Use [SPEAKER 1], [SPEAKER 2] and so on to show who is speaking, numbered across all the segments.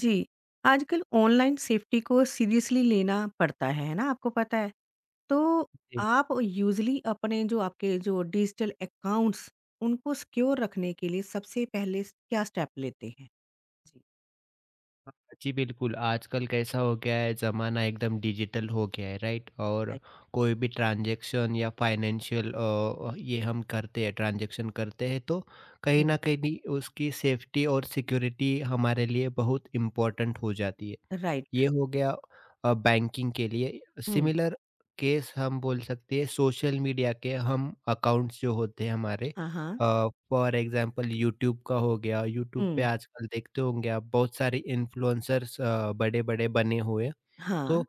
[SPEAKER 1] जी, आजकल online safety को seriously लेना पड़ता है ना? आपको पता है। तो
[SPEAKER 2] जी,
[SPEAKER 1] आप यूज़ुअली अपने जो आपके जो डिजिटल अकाउंट्स, उनको सिक्योर रखने के लिए सबसे पहले स क्या स्टेप लेते हैं? जी,
[SPEAKER 2] हाँ, जी बिल्कुल। आजकल कैसा हो गया है ज़माना एकदम डिजिटल हो गया है राइट? और
[SPEAKER 1] राइट।
[SPEAKER 2] कोई भी ट्रांज़ैक्शन या फाइनेंशियल ये हम करते हैं ट्रांज़ैक्शन करते हैं तो कहीं
[SPEAKER 1] हुँ,
[SPEAKER 2] न कहीं उसकी सेफ्टी और सिक्योरिटी हमारे लिए बहुत इम्पोर्टेंट हो जाती है।
[SPEAKER 1] राइट।
[SPEAKER 2] ये हो गया बैंकिंग के लिए।
[SPEAKER 1] हुँ,
[SPEAKER 2] सिमिलर केस हम बोल सकते हैं सोशल मीडिया के हम अकाउंट्स जो होते हैं हमारे
[SPEAKER 1] हाँ, हाँ।
[SPEAKER 2] फॉर एग्ज़ाम्पल यूट्यूब का हो गया। यूट्यूब पे
[SPEAKER 1] हुँ,
[SPEAKER 2] आजकल देखते होंगे आप बहुत सारे इन्फ्लुएंसर्स बड़े-बड़े बने हुए।
[SPEAKER 1] हाँ,
[SPEAKER 2] तो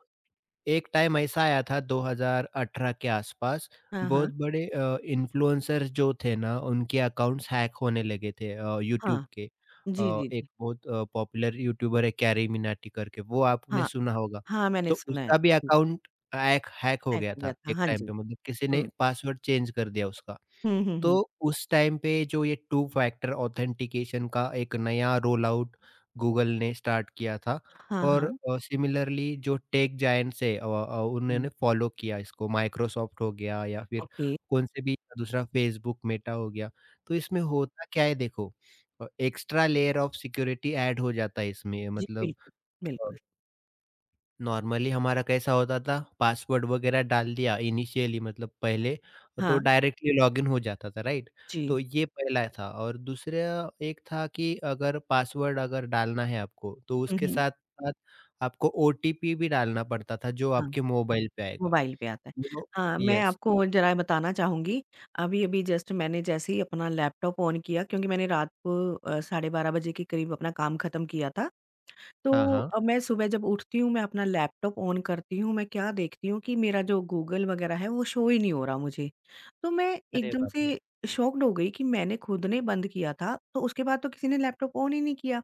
[SPEAKER 2] एक टाइम ऐसा आया था 2018 के आसपास
[SPEAKER 1] हाँ,
[SPEAKER 2] बहुत
[SPEAKER 1] हाँ,
[SPEAKER 2] बड़े इन्फ्लुएंसर्स जो थे ना उनके अकाउंट्स हैक होने लगे थे यूट्यूब
[SPEAKER 1] हाँ।
[SPEAKER 2] के।
[SPEAKER 1] जी, जी,
[SPEAKER 2] एक
[SPEAKER 1] जी।
[SPEAKER 2] बहुत पॉपुलर यूट्यूबर है कैरी मिनाटी करके, वो आपने
[SPEAKER 1] हाँ,
[SPEAKER 2] सुना होगा।
[SPEAKER 1] हाँ, मैंने
[SPEAKER 2] तो
[SPEAKER 1] सुना है।
[SPEAKER 2] उसका भी
[SPEAKER 1] जी,
[SPEAKER 2] अकाउंट हैक हैक हो
[SPEAKER 1] हैक
[SPEAKER 2] गया
[SPEAKER 1] हो गया
[SPEAKER 2] था
[SPEAKER 1] था।
[SPEAKER 2] एक
[SPEAKER 1] हाँ
[SPEAKER 2] टाइम
[SPEAKER 1] जी।
[SPEAKER 2] पे, मतलब किसी ने
[SPEAKER 1] हुँ।
[SPEAKER 2] पासवर्ड चेंज कर दिया उसका।
[SPEAKER 1] हुँ, हुँ,
[SPEAKER 2] तो
[SPEAKER 1] हुँ।
[SPEAKER 2] उस टाइम पे जो ये टू फैक्टर ऑथेंटिकेशन का एक नया रोल आउट गूगल ने स्टार्ट किया था।
[SPEAKER 1] हाँ,
[SPEAKER 2] और
[SPEAKER 1] हाँ।
[SPEAKER 2] सिमिलरली जो टेक जायंट्स है
[SPEAKER 1] हुँ,
[SPEAKER 2] उन्होंने फॉलो किया इसको, माइक्रोसॉफ्ट हो गया या फिर
[SPEAKER 1] ओके।
[SPEAKER 2] कौन से भी दूसरा फेसबुक मेटा हो गया। तो इसमें होता क्या है देखो, extra layer of security add हो जाता है इसमें,
[SPEAKER 1] जी,
[SPEAKER 2] मतलब
[SPEAKER 1] बिल्कुल, बिल्कुल।
[SPEAKER 2] नॉर्मली हमारा कैसा होता था पासवर्ड वगैरह डाल दिया इनिशियली मतलब पहले तो
[SPEAKER 1] हाँ,
[SPEAKER 2] डायरेक्टली लॉगिन हो जाता था राइट।
[SPEAKER 1] जी।
[SPEAKER 2] तो ये पहला था। और दूसरा एक था कि अगर पासवर्ड अगर डालना है आपको तो
[SPEAKER 1] हुँ,
[SPEAKER 2] उसके
[SPEAKER 1] हुँ।
[SPEAKER 2] साथ साथ आपको ओटीपी भी डालना पड़ता था जो
[SPEAKER 1] हाँ।
[SPEAKER 2] आपके मोबाइल पे आएगा।
[SPEAKER 1] मोबाइल पे आता है।
[SPEAKER 2] तो
[SPEAKER 1] हाँ, मैं
[SPEAKER 2] यस।
[SPEAKER 1] आपको ज़रा बताना चाहूँगी, अभी-अभी जस्ट मैंने जैसे ही अपना लैपटॉप ऑन किया क्योंकि मैंने रात को साढ़े 12 बजे के करीब अपना काम ख़त्म किया था।
[SPEAKER 2] हाँ,
[SPEAKER 1] तो
[SPEAKER 2] हाँ।
[SPEAKER 1] अब मैं सुबह जब उठती हूँ, मैं अपना लैपटॉप ऑन करती हूँ, मैं क्या देखती हूँ कि मेरा जो गूगल वग़ैरह है, वो शो ही नहीं हो रहा मुझे। तो मैं
[SPEAKER 2] अरे
[SPEAKER 1] एकदम
[SPEAKER 2] बाप रे।
[SPEAKER 1] से शॉक्ड हो गई कि मैंने खुद ने बंद किया था, तो उसके बाद तो किसी ने लैपटॉप ऑन ही नहीं किया।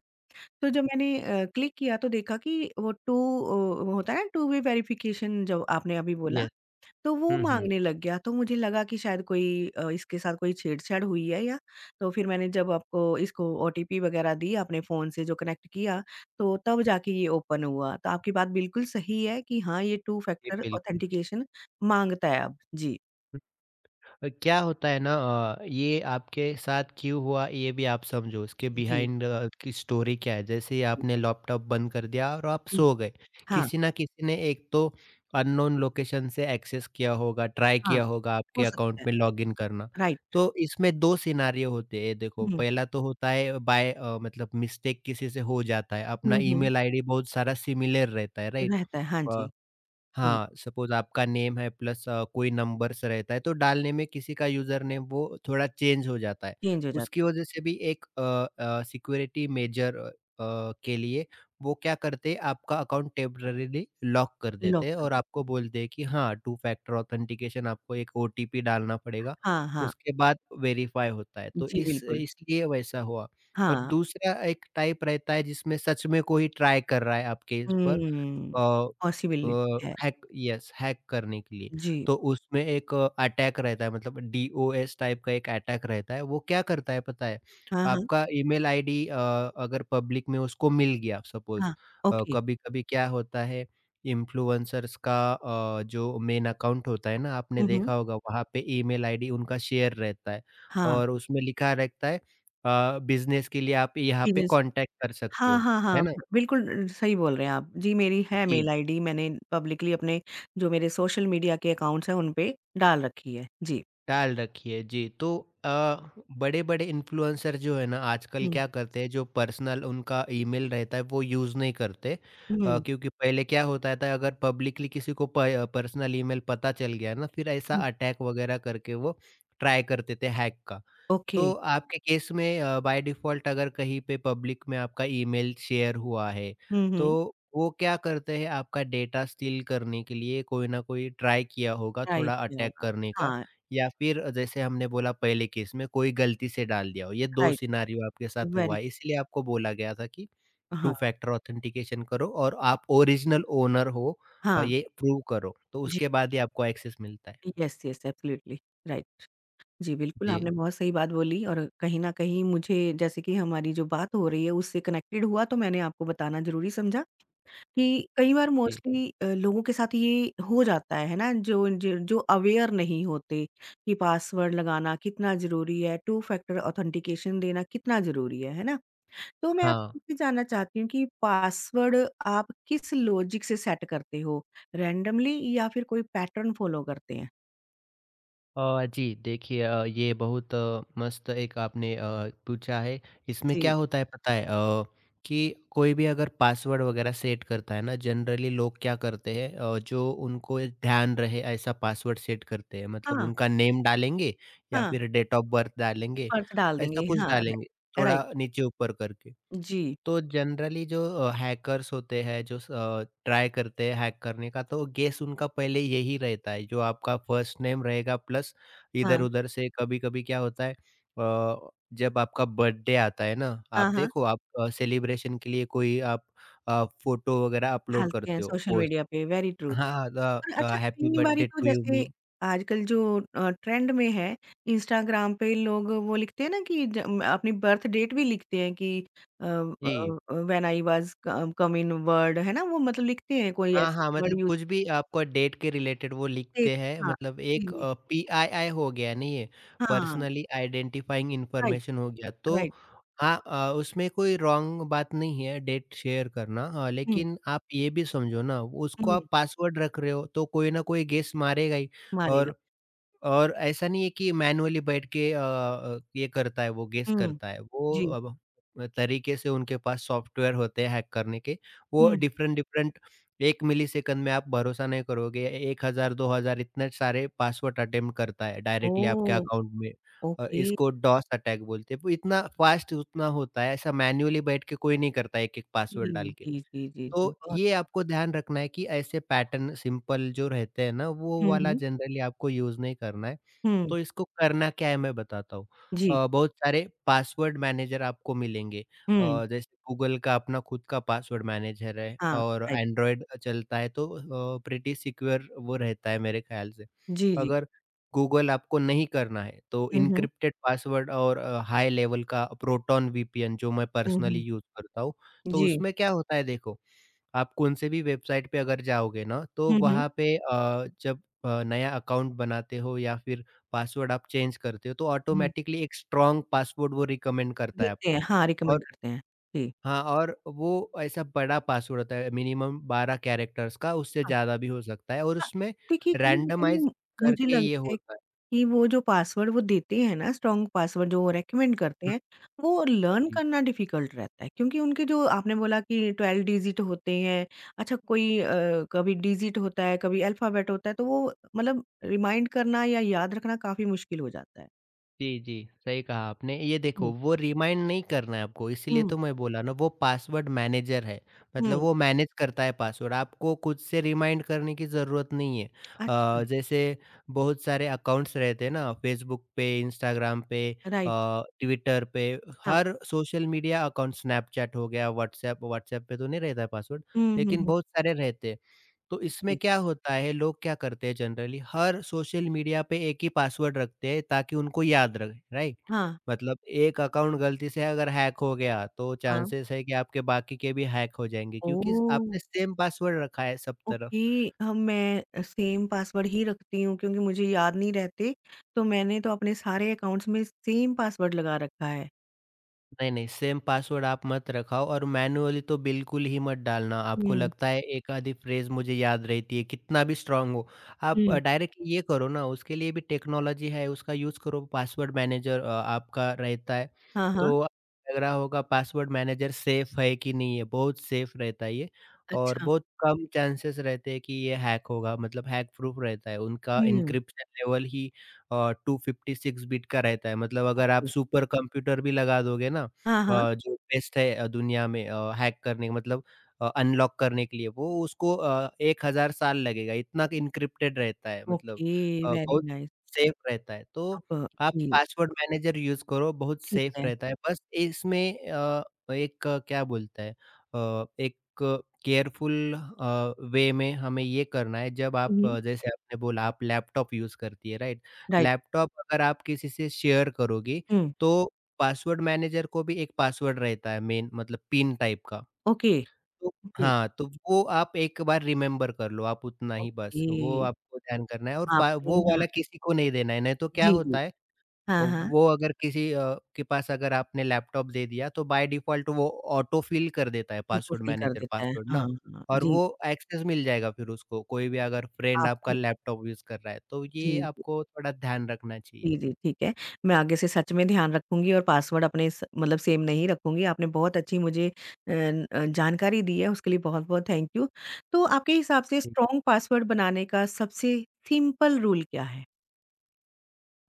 [SPEAKER 1] तो जब मैंने क्लिक किया तो देखा कि होता है ना टू वे वेरिफ़िकेशन जब आपने अभी बोला
[SPEAKER 2] यस।
[SPEAKER 1] तो वो
[SPEAKER 2] हम्म, हम्म।
[SPEAKER 1] माँगने लग गया, तो मुझे लगा कि शायद कोई इसके साथ कोई छेड़छाड़ हुई है या तो फिर मैंने जब आपको इसको ओटीपी वग़ैरह दी आपने फ़ोन से जो कनेक्ट किया, तो तब जाके ये ओपन हुआ। तो आपकी बात बिल्कुल सही है कि हाँ, ये टू
[SPEAKER 2] जी,
[SPEAKER 1] फैक्टर
[SPEAKER 2] बिल्कुल।
[SPEAKER 1] ऑथेंटिकेशन माँगता है अब। जी,
[SPEAKER 2] क्या होता है ना ये आपके साथ क्यों हुआ ये भी आप समझो, उसके
[SPEAKER 1] जी,
[SPEAKER 2] बिहाइंड की स्टोरी क्या है। जैसे ही
[SPEAKER 1] जी।
[SPEAKER 2] आपने लैपटॉप बंद कर दिया और आप
[SPEAKER 1] हुँ,
[SPEAKER 2] सो गए,
[SPEAKER 1] हाँ,
[SPEAKER 2] किसी ना किसी ने एक तो अननोन लोकेशन से एक्सेस किया होगा, ट्राई
[SPEAKER 1] हाँ,
[SPEAKER 2] किया होगा
[SPEAKER 1] हो
[SPEAKER 2] आपके अकाउंट
[SPEAKER 1] सकता है।
[SPEAKER 2] में लॉगिन करना।
[SPEAKER 1] राइट।
[SPEAKER 2] तो इसमें दो सिनारियो होते हैं देखो।
[SPEAKER 1] हुँ,
[SPEAKER 2] पहला तो होता है बाय मतलब मिस्टेक किसी से हो जाता है, अपना
[SPEAKER 1] हुँ, हुँ।
[SPEAKER 2] ईमेल आईडी बहुत सारा सिमिलर रहता है राइट।
[SPEAKER 1] रहता है, हाँ जी। जी,
[SPEAKER 2] हाँ, सपोज़ आपका नेम है प्लस कोई नंबर्स रहता है, तो डालने में किसी का यूज़र नेम वो थोड़ा चेंज हो जाता है।
[SPEAKER 1] चेंज हो
[SPEAKER 2] उसकी
[SPEAKER 1] जाता
[SPEAKER 2] वजह से भी एक सिक्योरिटी मेजर के लिए वो क्या करते हैं, आपका अकाउंट टेम्परेरीली लॉक कर
[SPEAKER 1] है।
[SPEAKER 2] देते
[SPEAKER 1] लॉक
[SPEAKER 2] हैं
[SPEAKER 1] कर
[SPEAKER 2] और
[SPEAKER 1] दो।
[SPEAKER 2] आपको बोलते हैं कि हाँ, टू फैक्टर ऑथेंटिकेशन आपको एक ओटीपी डालना पड़ेगा,
[SPEAKER 1] हाँ, हाँ।
[SPEAKER 2] उसके बाद वेरीफ़ाई होता है। तो
[SPEAKER 1] जी,
[SPEAKER 2] इस
[SPEAKER 1] बिल्कुल।
[SPEAKER 2] इसलिए वैसा हुआ। और
[SPEAKER 1] हाँ।
[SPEAKER 2] दूसरा एक टाइप रहता है जिसमें सच में कोई ट्राई कर रहा है आपके इस पर
[SPEAKER 1] हुँ,
[SPEAKER 2] अ
[SPEAKER 1] पॉसिबिलिटी है।
[SPEAKER 2] हैक, यस, हैक करने के लिए।
[SPEAKER 1] जी।
[SPEAKER 2] तो उसमें एक अटैक रहता है, मतलब डीओएस टाइप का एक अटैक रहता है। वो क्या करता है पता है?
[SPEAKER 1] हाँ, हाँ,
[SPEAKER 2] आपका ईमेल आईडी अगर पब्लिक में उसको मिल गया सपोज़।
[SPEAKER 1] हाँ, ओके।
[SPEAKER 2] कभी-कभी क्या होता है इन्फ्लुएंसर्स का जो मेन अकाउंट होता है ना आपने
[SPEAKER 1] हुँ, हुँ।
[SPEAKER 2] देखा होगा वहाँ पे ईमेल आईडी उनका शेयर रहता है।
[SPEAKER 1] हाँ,
[SPEAKER 2] और उसमें लिखा रहता है बिज़नेस के लिए आप यहाँ पे
[SPEAKER 1] पेजेस
[SPEAKER 2] कॉन्टैक्ट कर सकते
[SPEAKER 1] हाँ,
[SPEAKER 2] हो।
[SPEAKER 1] हाँ,
[SPEAKER 2] है
[SPEAKER 1] हाँ,
[SPEAKER 2] ना?
[SPEAKER 1] बिल्कुल सही बोल रहे हैं आप। जी, मेरी है
[SPEAKER 2] जी।
[SPEAKER 1] मेल आईडी मैंने पब्लिकली अपने जो मेरे सोशल मीडिया के अकाउंट्स हैं उन पे डाल रखी है। जी।
[SPEAKER 2] टाल रखी है, जी। तो अ, बड़े-बड़े इन्फ्लुएंसर जो है ना आजकल
[SPEAKER 1] हुँ,
[SPEAKER 2] क्या करते हैं जो पर्सनल उनका ईमेल रहता है वो यूज़ नहीं करते।
[SPEAKER 1] हुँ,
[SPEAKER 2] क्योंकि पहले क्या होता था अगर पब्लिकली किसी को प पर्सनल ईमेल पता चल गया ना फिर ऐसा
[SPEAKER 1] हुँ,
[SPEAKER 2] अटैक वगैरह करके वो ट्राई करते थे हैक का।
[SPEAKER 1] ओके।
[SPEAKER 2] तो आपके केस में बाय डिफ़ॉल्ट अगर कहीं पे पब्लिक में आपका ईमेल शेयर हुआ है,
[SPEAKER 1] हुँ, हुँ,
[SPEAKER 2] तो वो क्या करते हैं आपका डेटा स्टील करने के लिए कोई ना कोई ट्राई किया होगा
[SPEAKER 1] राइट
[SPEAKER 2] थोड़ा
[SPEAKER 1] किया
[SPEAKER 2] अटैक
[SPEAKER 1] होगा।
[SPEAKER 2] करने का।
[SPEAKER 1] हाँ,
[SPEAKER 2] या फिर जैसे हमने बोला पहले केस में कोई गलती से डाल दिया हो। ये 2
[SPEAKER 1] राइट,
[SPEAKER 2] सिनेरियो आपके साथ हुआ
[SPEAKER 1] वेरी
[SPEAKER 2] है, इसलिए आपको बोला गया था कि
[SPEAKER 1] हाँ,
[SPEAKER 2] टू फैक्टर ऑथेंटिकेशन करो और आप ओरिजिनल ओनर हो और
[SPEAKER 1] हाँ,
[SPEAKER 2] ये प्रूव करो, तो
[SPEAKER 1] जी,
[SPEAKER 2] उसके बाद ही आपको एक्सेस मिलता है।
[SPEAKER 1] Yes, yes, absolutely, right. जी, बिल्कुल
[SPEAKER 2] जी,
[SPEAKER 1] आपने बहुत सही बात बोली और कहीं न कहीं मुझे जैसे कि हमारी जो बात हो रही है उससे कनेक्टेड हुआ तो मैंने आपको बताना ज़रूरी समझा। कि कई बार
[SPEAKER 2] जी।
[SPEAKER 1] मोस्टली लोगों के साथ ये हो जाता है ना? जो जो जो अवेयर नहीं होते कि पासवर्ड लगाना कितना ज़रूरी है, टू फैक्टर ऑथेंटिकेशन देना कितना ज़रूरी है ना? तो मैं
[SPEAKER 2] हाँ।
[SPEAKER 1] आपसे ये जानना चाहती हूँ कि पासवर्ड आप किस लॉजिक से सेट करते हो? रैंडमली या फिर कोई पैटर्न फॉलो करते हैं?
[SPEAKER 2] जी, देखिए ये बहुत मस्त एक आपने पूछा है। इसमें क्या
[SPEAKER 1] जी।
[SPEAKER 2] होता है पता है कि कोई भी अगर पासवर्ड वगैरह सेट करता है ना, जनरली लोग क्या करते हैं जो उनको ध्यान रहे ऐसा पासवर्ड सेट करते हैं। मतलब
[SPEAKER 1] हाँ,
[SPEAKER 2] उनका नेम डालेंगे या
[SPEAKER 1] हाँ,
[SPEAKER 2] फिर डेट ऑफ बर्थ डालेंगे,
[SPEAKER 1] अर्थ डाल
[SPEAKER 2] ऐसा
[SPEAKER 1] देंगे।
[SPEAKER 2] कुछ
[SPEAKER 1] हाँ, राइट
[SPEAKER 2] डालेंगे,
[SPEAKER 1] राइट।
[SPEAKER 2] थोड़ा नीचे-ऊपर करके।
[SPEAKER 1] जी।
[SPEAKER 2] तो जनरली जो हैकर्स होते हैं जो ट्राई करते हैं हैक करने का, तो गेस उनका पहले यही रहता है जो आपका फर्स्ट नेम रहेगा प्लस
[SPEAKER 1] हाँ,
[SPEAKER 2] इधर-उधर से। कभी-कभी क्या होता है जब आपका बर्थडे आता है ना,
[SPEAKER 1] हाँ,
[SPEAKER 2] आप
[SPEAKER 1] हाँ,
[SPEAKER 2] देखो आप सेलिब्रेशन के लिए कोई आप फोटो वगैरह अपलोड
[SPEAKER 1] डालते हैं
[SPEAKER 2] करते हो
[SPEAKER 1] सोशल
[SPEAKER 2] पोस्ट।
[SPEAKER 1] मीडिया पे, वेरी ट्रू।
[SPEAKER 2] हाँ, द
[SPEAKER 1] और अच्छा
[SPEAKER 2] हैप्पी
[SPEAKER 1] कई बारी
[SPEAKER 2] बर्थडे
[SPEAKER 1] तो
[SPEAKER 2] टू यू
[SPEAKER 1] जैसे
[SPEAKER 2] मी।
[SPEAKER 1] आजकल जो ट्रेंड में है इंस्टाग्राम पे लोग वो लिखते हैं ना कि अपनी बर्थ डेट भी लिखते हैं कि
[SPEAKER 2] जी।
[SPEAKER 1] व्हेन आई वाज़ क कम इन वर्ल्ड है ना? वो मतलब लिखते हैं कोई
[SPEAKER 2] हाँ,
[SPEAKER 1] ऐसी
[SPEAKER 2] हाँ,
[SPEAKER 1] वर्ड
[SPEAKER 2] मतलब
[SPEAKER 1] यूज़
[SPEAKER 2] कुछ भी आपको डेट के रिलेटेड वो
[SPEAKER 1] करते
[SPEAKER 2] लिखते हैं,
[SPEAKER 1] हाँ,
[SPEAKER 2] मतलब
[SPEAKER 1] जी,
[SPEAKER 2] एक
[SPEAKER 1] जी।
[SPEAKER 2] पीआईआई हो गया, नहीं ये
[SPEAKER 1] हाँ,
[SPEAKER 2] पर्सनली आइडेंटिफाइंग
[SPEAKER 1] राइट,
[SPEAKER 2] इन्फॉर्मेशन हो गया। तो
[SPEAKER 1] राइट।
[SPEAKER 2] हाँ, उसमें कोई रॉन्ग बात नहीं है डेट शेयर करना,
[SPEAKER 1] हुँ,
[SPEAKER 2] लेकिन आप ये भी समझो ना उसको
[SPEAKER 1] हुँ,
[SPEAKER 2] आप पासवर्ड रख रहे हो तो कोई ना कोई गेस मारेगा ही।
[SPEAKER 1] मारेगा।
[SPEAKER 2] और ऐसा नहीं है कि मैनुअली बैठ के ये करता है वो गेस
[SPEAKER 1] हुँ,
[SPEAKER 2] करता है। वो
[SPEAKER 1] जी,
[SPEAKER 2] अब तरीके से उनके पास सॉफ्टवेयर होते हैं हैक करने के। वो
[SPEAKER 1] हुँ।
[SPEAKER 2] डिफरेंट डिफरेंट 1 मिलीसेकंड में आप भरोसा नहीं करोगे 1000 2000 इतने सारे पासवर्ड अटेम्प्ट करता है डायरेक्टली आपके
[SPEAKER 1] ओह!
[SPEAKER 2] अकाउंट में।
[SPEAKER 1] ओके।
[SPEAKER 2] इसको डॉस अटैक बोलते हैं। वो इतना फ़ास्ट उतना होता है, ऐसा मैनुअली बैठ के कोई नहीं करता एक-एक
[SPEAKER 1] जी,
[SPEAKER 2] पासवर्ड डाल के।
[SPEAKER 1] जी, जी, जी, जी,
[SPEAKER 2] तो
[SPEAKER 1] बहुत
[SPEAKER 2] ये आपको ध्यान रखना है कि ऐसे पैटर्न सिंपल जो रहते हैं ना वो
[SPEAKER 1] हुँ,
[SPEAKER 2] वाला
[SPEAKER 1] हुँ।
[SPEAKER 2] जनरली आपको यूज़ नहीं करना है।
[SPEAKER 1] हुँ,
[SPEAKER 2] तो इसको करना क्या है मैं बताता हूँ।
[SPEAKER 1] जी,
[SPEAKER 2] बहुत सारे पासवर्ड मैनेजर आपको मिलेंगे
[SPEAKER 1] हुँ,
[SPEAKER 2] जैसे गूगल का अपना खुद का पासवर्ड मैनेजर है
[SPEAKER 1] हाँ,
[SPEAKER 2] और
[SPEAKER 1] राइट।
[SPEAKER 2] एंड्रॉयड चलता है तो प्रिटी सिक्योर वो रहता है मेरे ख्याल से।
[SPEAKER 1] जी, जी।
[SPEAKER 2] अगर गूगल आपको नहीं करना है तो
[SPEAKER 1] हुँ, हुँ।
[SPEAKER 2] एन्क्रिप्टेड पासवर्ड और हाई लेवल का प्रोटॉन वीपीएन जो मैं
[SPEAKER 1] हुँ,
[SPEAKER 2] पर्सनली
[SPEAKER 1] हुँ।
[SPEAKER 2] यूज़ करता हूँ, तो
[SPEAKER 1] जी।
[SPEAKER 2] उसमें क्या होता है देखो, आप कौन से भी वेबसाइट पे अगर जाओगे ना तो
[SPEAKER 1] हुँ, हुँ,
[SPEAKER 2] वहाँ पे जब नया अकाउंट बनाते हो या फिर पासवर्ड आप चेंज करते हो तो
[SPEAKER 1] हुँ।
[SPEAKER 2] ऑटोमेटिकली एक स्ट्रॉन्ग पासवर्ड वो रिकमेंड करता है
[SPEAKER 1] देते हैं,
[SPEAKER 2] आपको।
[SPEAKER 1] हाँ, रिकमेंड
[SPEAKER 2] और
[SPEAKER 1] करते हैं। जी।
[SPEAKER 2] हाँ, और वो ऐसा बड़ा पासवर्ड होता है मिनिमम 12 कैरेक्टर्स का, उससे
[SPEAKER 1] हाँ,
[SPEAKER 2] ज़्यादा भी हो सकता है और
[SPEAKER 1] हाँ।
[SPEAKER 2] उसमें
[SPEAKER 1] देखिए, कहीं न
[SPEAKER 2] रैंडमाइज़
[SPEAKER 1] कहीं मुझे
[SPEAKER 2] करके ये
[SPEAKER 1] लगता है
[SPEAKER 2] होता है।
[SPEAKER 1] कि वो जो पासवर्ड वो देते हैं ना, स्ट्रॉन्ग पासवर्ड जो वो रेकमेंड करते हैं, वो लर्न
[SPEAKER 2] हुँ।
[SPEAKER 1] करना डिफ़िकल्ट रहता है क्योंकि उनके जो आपने बोला कि 12 डिजिट होते हैं। अच्छा कोई कभी डिजिट होता है, कभी अल्फ़ाबेट होता है, तो वो मतलब रिमाइंड करना या याद रखना काफ़ी मुश्किल हो जाता है।
[SPEAKER 2] जी, जी, सही कहा आपने। ये देखो
[SPEAKER 1] हुँ,
[SPEAKER 2] वो रिमाइंड नहीं करना है आपको, इसीलिए
[SPEAKER 1] हुँ,
[SPEAKER 2] तो मैं बोला ना वो पासवर्ड मैनेजर है। मतलब
[SPEAKER 1] हुँ।
[SPEAKER 2] वो मैनेज करता है पासवर्ड, आपको खुद से रिमाइंड करने की ज़रूरत नहीं है।
[SPEAKER 1] अच्छा,
[SPEAKER 2] जैसे बहुत सारे अकाउंट्स रहते हैं ना, फ़ेसबुक पे, इंस्टाग्राम पे, अ,
[SPEAKER 1] राइट,
[SPEAKER 2] ट्विटर पे,
[SPEAKER 1] हाँ।
[SPEAKER 2] हर सोशल मीडिया अकाउंट, स्नैपचैट हो गया, व्हाट्सऐप व्हाट्सऐप पे तो नहीं रहता है पासवर्ड,
[SPEAKER 1] हुँ, हुँ,
[SPEAKER 2] लेकिन
[SPEAKER 1] हुँ।
[SPEAKER 2] बहुत सारे रहते हैं। तो इसमें
[SPEAKER 1] जी।
[SPEAKER 2] क्या होता है, लोग क्या करते हैं जनरली हर सोशल मीडिया पे एक ही पासवर्ड रखते हैं ताकि उनको याद रहे, राइट?
[SPEAKER 1] हाँ,
[SPEAKER 2] मतलब एक अकाउंट गलती से अगर हैक हो गया, तो
[SPEAKER 1] हाँ।
[SPEAKER 2] चांसेस है कि आपके बाकी के भी हैक हो जाएँगे क्योंकि
[SPEAKER 1] ओह!
[SPEAKER 2] आपने सेम पासवर्ड रखा है सब तरफ।
[SPEAKER 1] ओके, मैं सेम पासवर्ड ही रखती हूँ क्योंकि मुझे याद नहीं रहते, तो मैंने तो अपने सारे अकाउंट्स में सेम पासवर्ड लगा रखा है।
[SPEAKER 2] नहीं, नहीं, सेम पासवर्ड आप मत रखाओ और मैन्युअली तो बिल्कुल ही मत डालना। आपको
[SPEAKER 1] हुँ,
[SPEAKER 2] लगता है एक आधी फ्रेज़ मुझे याद रहती है, कितना भी स्ट्रॉन्ग हो। आप
[SPEAKER 1] हुँ।
[SPEAKER 2] डायरेक्ट ये करो ना, उसके लिए भी टेक्नोलॉजी है, उसका यूज़ करो, पासवर्ड मैनेजर आपका रहता है।
[SPEAKER 1] हाँ, हाँ।
[SPEAKER 2] तो आपको लग रहा होगा पासवर्ड मैनेजर सेफ़ है कि नहीं है, बहुत सेफ़ रहता है ये। और
[SPEAKER 1] अच्छा,
[SPEAKER 2] बहुत कम चांसेस रहते हैं कि ये हैक होगा, मतलब हैक प्रूफ रहता है। उनका
[SPEAKER 1] हुँ,
[SPEAKER 2] एन्क्रिप्शन लेवल ही 256 बिट का रहता है, मतलब अगर
[SPEAKER 1] ओके।
[SPEAKER 2] आप सुपर कंप्यूटर भी लगा दोगे ना
[SPEAKER 1] हाँ, हाँ।
[SPEAKER 2] जो पेस्ट है दुनिया में हैक करने का मतलब अनलॉक करने के लिए, वो उसको 1000 साल लगेगा, इतना एन्क्रिप्टेड रहता है, मतलब
[SPEAKER 1] ओके, वेरी
[SPEAKER 2] बहुत
[SPEAKER 1] नाइस।
[SPEAKER 2] सेफ रहता है। तो
[SPEAKER 1] अब
[SPEAKER 2] आप
[SPEAKER 1] जी,
[SPEAKER 2] पासवर्ड मैनेजर यूज़ करो, बहुत
[SPEAKER 1] ठीक
[SPEAKER 2] सेफ
[SPEAKER 1] है।
[SPEAKER 2] रहता है। बस इसमें एक क्या बोलता है एक केयरफुल वे में हमें ये करना है, जब
[SPEAKER 1] हुँ,
[SPEAKER 2] आप
[SPEAKER 1] हुँ,
[SPEAKER 2] जैसे आपने बोला आप लैपटॉप यूज़ करती है राइट?
[SPEAKER 1] राइट।
[SPEAKER 2] लैपटॉप अगर आप किसी से शेयर करोगी
[SPEAKER 1] हुँ,
[SPEAKER 2] तो पासवर्ड मैनेजर को भी एक पासवर्ड रहता है मेन मतलब पिन टाइप का।
[SPEAKER 1] ओके,
[SPEAKER 2] तो
[SPEAKER 1] ओके,
[SPEAKER 2] हाँ, तो वो आप एक बार रिमेंबर कर लो, आप उतना ही बस,
[SPEAKER 1] ओके।
[SPEAKER 2] वो आपको ध्यान करना है और पा
[SPEAKER 1] आपने
[SPEAKER 2] वो
[SPEAKER 1] हाँ,
[SPEAKER 2] वाला किसी को नहीं देना है, नहीं तो क्या
[SPEAKER 1] जी, जी।
[SPEAKER 2] होता है
[SPEAKER 1] हाँ, हाँ,
[SPEAKER 2] वो अगर किसी के पास अगर आपने लैपटॉप दे दिया तो बाय डिफ़ॉल्ट वो ऑटो फिल कर देता है पासवर्ड
[SPEAKER 1] ऑटोफिल कर
[SPEAKER 2] मैनेजर
[SPEAKER 1] देता है।
[SPEAKER 2] पासवर्ड
[SPEAKER 1] हाँ,
[SPEAKER 2] ना
[SPEAKER 1] हाँ,
[SPEAKER 2] और
[SPEAKER 1] जी,
[SPEAKER 2] वो एक्सेस मिल जाएगा फिर उसको, कोई भी अगर फ्रेंड आपका
[SPEAKER 1] आपने
[SPEAKER 2] लैपटॉप यूज़ कर रहा है, तो ये
[SPEAKER 1] जी।
[SPEAKER 2] आपको थोड़ा ध्यान रखना चाहिए।
[SPEAKER 1] जी, जी, ठीक है। मैं आगे से सच में ध्यान रखूँगी और पासवर्ड अपने स मतलब सेम नहीं रखूँगी। आपने बहुत अच्छी मुझे जानकारी दी है, उसके लिए बहुत-बहुत थैंक यू। तो आपके हिसाब से
[SPEAKER 2] जी।
[SPEAKER 1] स्ट्रॉन्ग पासवर्ड बनाने का सबसे सिंपल रूल क्या है?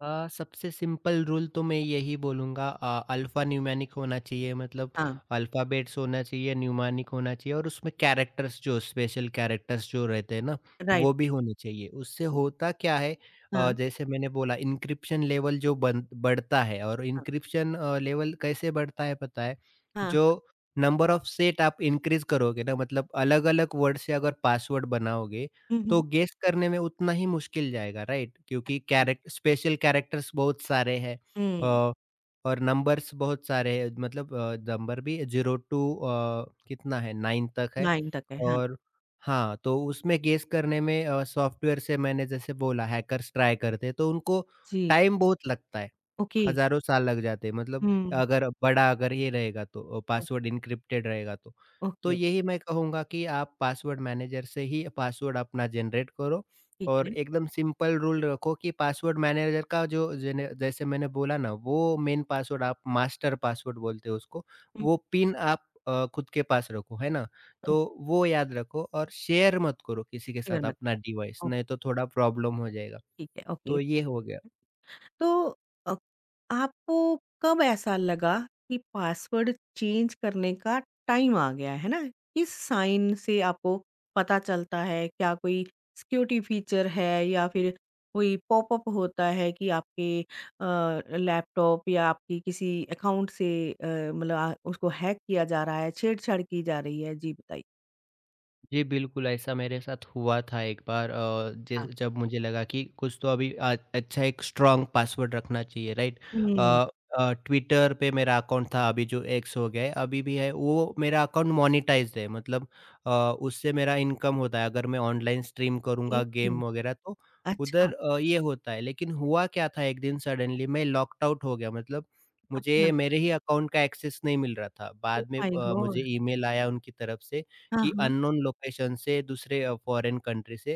[SPEAKER 2] सबसे सिंपल रूल तो मैं यही बोलूँगा। अल्फ़ा न्यूमेरिक होना चाहिए मतलब
[SPEAKER 1] हाँ,
[SPEAKER 2] अल्फ़ाबेट्स होना चाहिए, न्यूमेरिक होना चाहिए और उसमें कैरेक्टर्स जो स्पेशल कैरेक्टर्स जो रहते हैं ना,
[SPEAKER 1] राइट।
[SPEAKER 2] वो भी होने चाहिए। उससे होता क्या है
[SPEAKER 1] हाँ,
[SPEAKER 2] जैसे मैंने बोला एन्क्रिप्शन लेवल जो बन बढ़ता है और
[SPEAKER 1] हाँ,
[SPEAKER 2] एन्क्रिप्शन लेवल कैसे बढ़ता है पता है?
[SPEAKER 1] हाँ।
[SPEAKER 2] जो नंबर ऑफ सेट आप इनक्रीज़ करोगे ना मतलब अलग-अलग वर्ड से अगर पासवर्ड बनाओगे
[SPEAKER 1] हुँ,
[SPEAKER 2] तो
[SPEAKER 1] हुँ,
[SPEAKER 2] गेस करने में उतना ही मुश्किल जाएगा राइट? क्योंकि
[SPEAKER 1] हुँ।
[SPEAKER 2] कैरेक्ट स्पेशल कैरेक्टर्स बहुत सारे हैं
[SPEAKER 1] हुँ,
[SPEAKER 2] अ, और नंबर्स बहुत सारे हैं मतलब नंबर भी 0 टू कितना है 9 तक है
[SPEAKER 1] 9 तक है, हाँ।
[SPEAKER 2] और हाँ, तो उसमें गेस करने में सॉफ्टवेयर से मैंने जैसे बोला हैकर्स ट्राई करते हैं, तो उनको
[SPEAKER 1] जी,
[SPEAKER 2] टाइम बहुत लगता है।
[SPEAKER 1] ओके।
[SPEAKER 2] हज़ारों साल लग जाते हैं मतलब
[SPEAKER 1] हुँ,
[SPEAKER 2] अगर बड़ा अगर ये रहेगा तो
[SPEAKER 1] ओ
[SPEAKER 2] पासवर्ड एन्क्रिप्टेड रहेगा तो। तो
[SPEAKER 1] ओके, ओके,
[SPEAKER 2] यही मैं कहूँगा कि आप पासवर्ड मैनेजर से ही पासवर्ड अपना जनरेट करो
[SPEAKER 1] ठीक
[SPEAKER 2] और
[SPEAKER 1] है।
[SPEAKER 2] एकदम सिंपल रूल रखो कि पासवर्ड मैनेजर का जो जेने जैसे मैंने बोला ना वो मेन पासवर्ड आप मास्टर पासवर्ड बोलते हो उसको,
[SPEAKER 1] हुँ,
[SPEAKER 2] वो पिन आप खुद के पास रखो, है ना?
[SPEAKER 1] ओके,
[SPEAKER 2] तो वो याद रखो और शेयर मत करो किसी के साथ अपना डिवाइस
[SPEAKER 1] ओके,
[SPEAKER 2] नहीं तो थोड़ा प्रॉब्लम हो जाएगा।
[SPEAKER 1] ठीक है, ओके।
[SPEAKER 2] तो ये हो गया।
[SPEAKER 1] तो अ, आपको कब ऐसा लगा कि पासवर्ड चेंज करने का टाइम आ गया है ना? किस साइन से आपको पता चलता है? क्या कोई सिक्योरिटी फीचर है या फिर कोई पॉपअप होता है कि आपके लैपटॉप या आपकी किसी अकाउंट से मतलब आ उसको हैक किया जा रहा है, छेड़छाड़ की जा रही है? जी बताइए।
[SPEAKER 2] जी, बिल्कुल, ऐसा मेरे साथ हुआ था एक बार अ, ज
[SPEAKER 1] अच्छा।
[SPEAKER 2] जब मुझे लगा कि कुछ तो अभी अच्छा एक स्ट्रॉन्ग पासवर्ड रखना चाहिए, राइट? अ
[SPEAKER 1] हुँ,
[SPEAKER 2] ट्विटर पे मेरा अकाउंट था अभी जो एक्स हो गया है, अभी भी है, वो मेरा अकाउंट मोनेटाइज्ड है मतलब अ, उससे मेरा इनकम होता है, अगर मैं ऑनलाइन स्ट्रीम करूँगा
[SPEAKER 1] ए
[SPEAKER 2] गेम वगैरह तो
[SPEAKER 1] अच्छा,
[SPEAKER 2] उधर ये होता है। लेकिन हुआ क्या था एक दिन सडनली मैं लॉक्ड आउट हो गया मतलब मुझे
[SPEAKER 1] अपने आप
[SPEAKER 2] मेरे ही अकाउंट का एक्सेस नहीं मिल रहा था।
[SPEAKER 1] ओह
[SPEAKER 2] बाद में
[SPEAKER 1] माय
[SPEAKER 2] मुझे
[SPEAKER 1] गॉड!
[SPEAKER 2] ईमेल आया उनकी तरफ से
[SPEAKER 1] हाँ,
[SPEAKER 2] कि
[SPEAKER 1] हाँ।
[SPEAKER 2] अननोन लोकेशन से दूसरे फॉरेन कंट्री से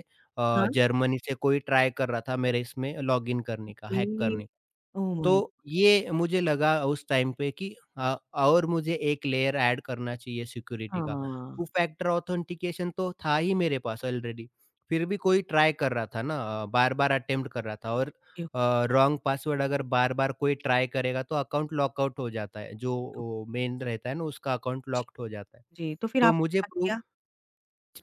[SPEAKER 1] हाँ,
[SPEAKER 2] जर्मनी से कोई ट्राई कर रहा था मेरे इसमें लॉगिन करने का,
[SPEAKER 1] ओके।
[SPEAKER 2] हैक करने का।
[SPEAKER 1] ओह माय
[SPEAKER 2] तो ये मुझे लगा उस टाइम पे कि और मुझे एक लेयर ऐड करना चाहिए सिक्योरिटी
[SPEAKER 1] हाँ,
[SPEAKER 2] का। टू फैक्टर ऑथेंटिकेशन तो था ही मेरे पास ऑलरेडी, फिर भी कोई ट्राई कर रहा था ना बार-बार अटेम्प्ट कर रहा था और
[SPEAKER 1] यूट्यूब।
[SPEAKER 2] रॉन्ग पासवर्ड अगर बार-बार कोई ट्राई करेगा तो अकाउंट लॉकआउट हो जाता है, जो ओ मेन रहता है ना उसका अकाउंट
[SPEAKER 1] जी,
[SPEAKER 2] लॉक्ड हो जाता है।
[SPEAKER 1] जी, तो फिर
[SPEAKER 2] तो
[SPEAKER 1] आपने
[SPEAKER 2] मुझे
[SPEAKER 1] क्या
[SPEAKER 2] प्रू
[SPEAKER 1] किया?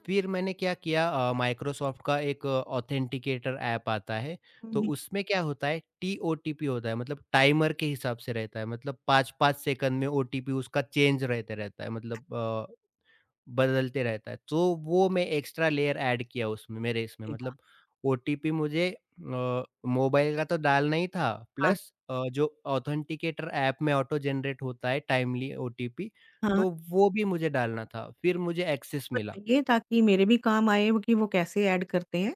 [SPEAKER 2] फिर मैंने क्या किया माइक्रोसॉफ्ट का एक ऑथेंटिकेटर ऐप आता है
[SPEAKER 1] हुँ,
[SPEAKER 2] तो
[SPEAKER 1] हुँ।
[SPEAKER 2] उसमें क्या होता है टीओटीपी होता है मतलब टाइमर के हिसाब से रहता है मतलब पाँच पाँच सेकंड में ओटीपी उसका चेंज रहते रहता है मतलब बदलते रहता है तो वो मैं एक्स्ट्रा लेयर ऐड किया उसमें मेरे इसमें
[SPEAKER 1] अरे
[SPEAKER 2] मतलब
[SPEAKER 1] वाह!
[SPEAKER 2] ओटीपी मुझे मोबाइल का तो डालना ही था
[SPEAKER 1] हाँ,
[SPEAKER 2] प्लस जो ऑथेंटिकेटर ऐप में ऑटो जनरेट होता है टाइमली ओटीपी
[SPEAKER 1] हाँ,
[SPEAKER 2] तो वो भी मुझे डालना था फिर मुझे एक्सेस मिला।
[SPEAKER 1] बताइए ताकि मेरे भी काम आए वो कि वो कैसे ऐड करते हैं,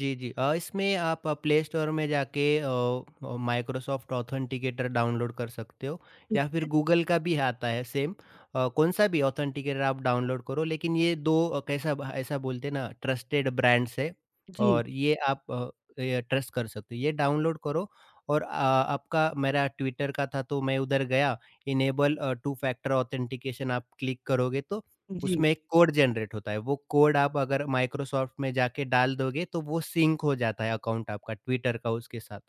[SPEAKER 2] जी, जी। इसमें आप प्ले स्टोर में जाके माइक्रोसॉफ्ट ऑथेंटिकेटर डाउनलोड कर सकते हो
[SPEAKER 1] ठीक
[SPEAKER 2] या फिर
[SPEAKER 1] है।
[SPEAKER 2] गूगल का भी आता है सेम। कौन-सा भी ऑथेंटिकेटर आप डाउनलोड करो लेकिन ये 2 अ, कैसा भ ऐसा बोलते हैं ना ट्रस्टेड ब्रांड्स है
[SPEAKER 1] जी,
[SPEAKER 2] और ये आप ये ट्रस्ट कर सकते हो। ये डाउनलोड करो और आपका मेरा ट्विटर का था तो मैं उधर गया इनेबल टू फैक्टर ऑथेंटिकेशन आप क्लिक करोगे तो
[SPEAKER 1] जी,
[SPEAKER 2] उसमें एक कोड जनरेट होता है, वो कोड आप अगर माइक्रोसॉफ्ट में जाके डाल दोगे तो वो सिंक हो जाता है अकाउंट आपका ट्विटर का उसके साथ।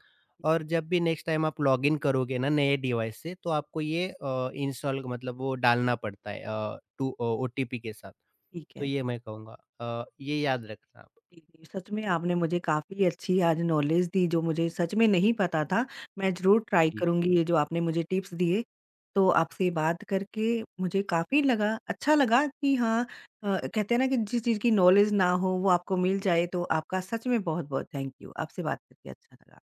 [SPEAKER 2] और जब भी नेक्स्ट टाइम आप लॉगिन करोगे ना नए डिवाइस से तो आपको ये इंस्टॉल मतलब वो डालना पड़ता है ओटीपी के साथ।
[SPEAKER 1] ठीक
[SPEAKER 2] तो
[SPEAKER 1] है।
[SPEAKER 2] ये मैं कहूँगा ये याद रखना आप।
[SPEAKER 1] जी, जी, सच में आपने मुझे काफ़ी अच्छी आज नॉलेज दी जो मुझे सच में नहीं पता था। मैं ज़रूर ट्राई
[SPEAKER 2] जी।
[SPEAKER 1] करूँगी ये जो आपने मुझे टिप्स दिए। तो आपसे बात करके मुझे काफ़ी लगा अच्छा लगा कि हाँ कहते हैं ना कि जिस चीज़ की नॉलेज ना हो वो आपको मिल जाए तो आपका सच में बहुत-बहुत थैंक यू। आपसे बात करके अच्छा लगा।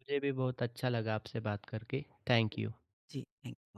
[SPEAKER 2] मुझे भी बहुत अच्छा लगा आपसे बात करके। Thank you.
[SPEAKER 1] Sí, en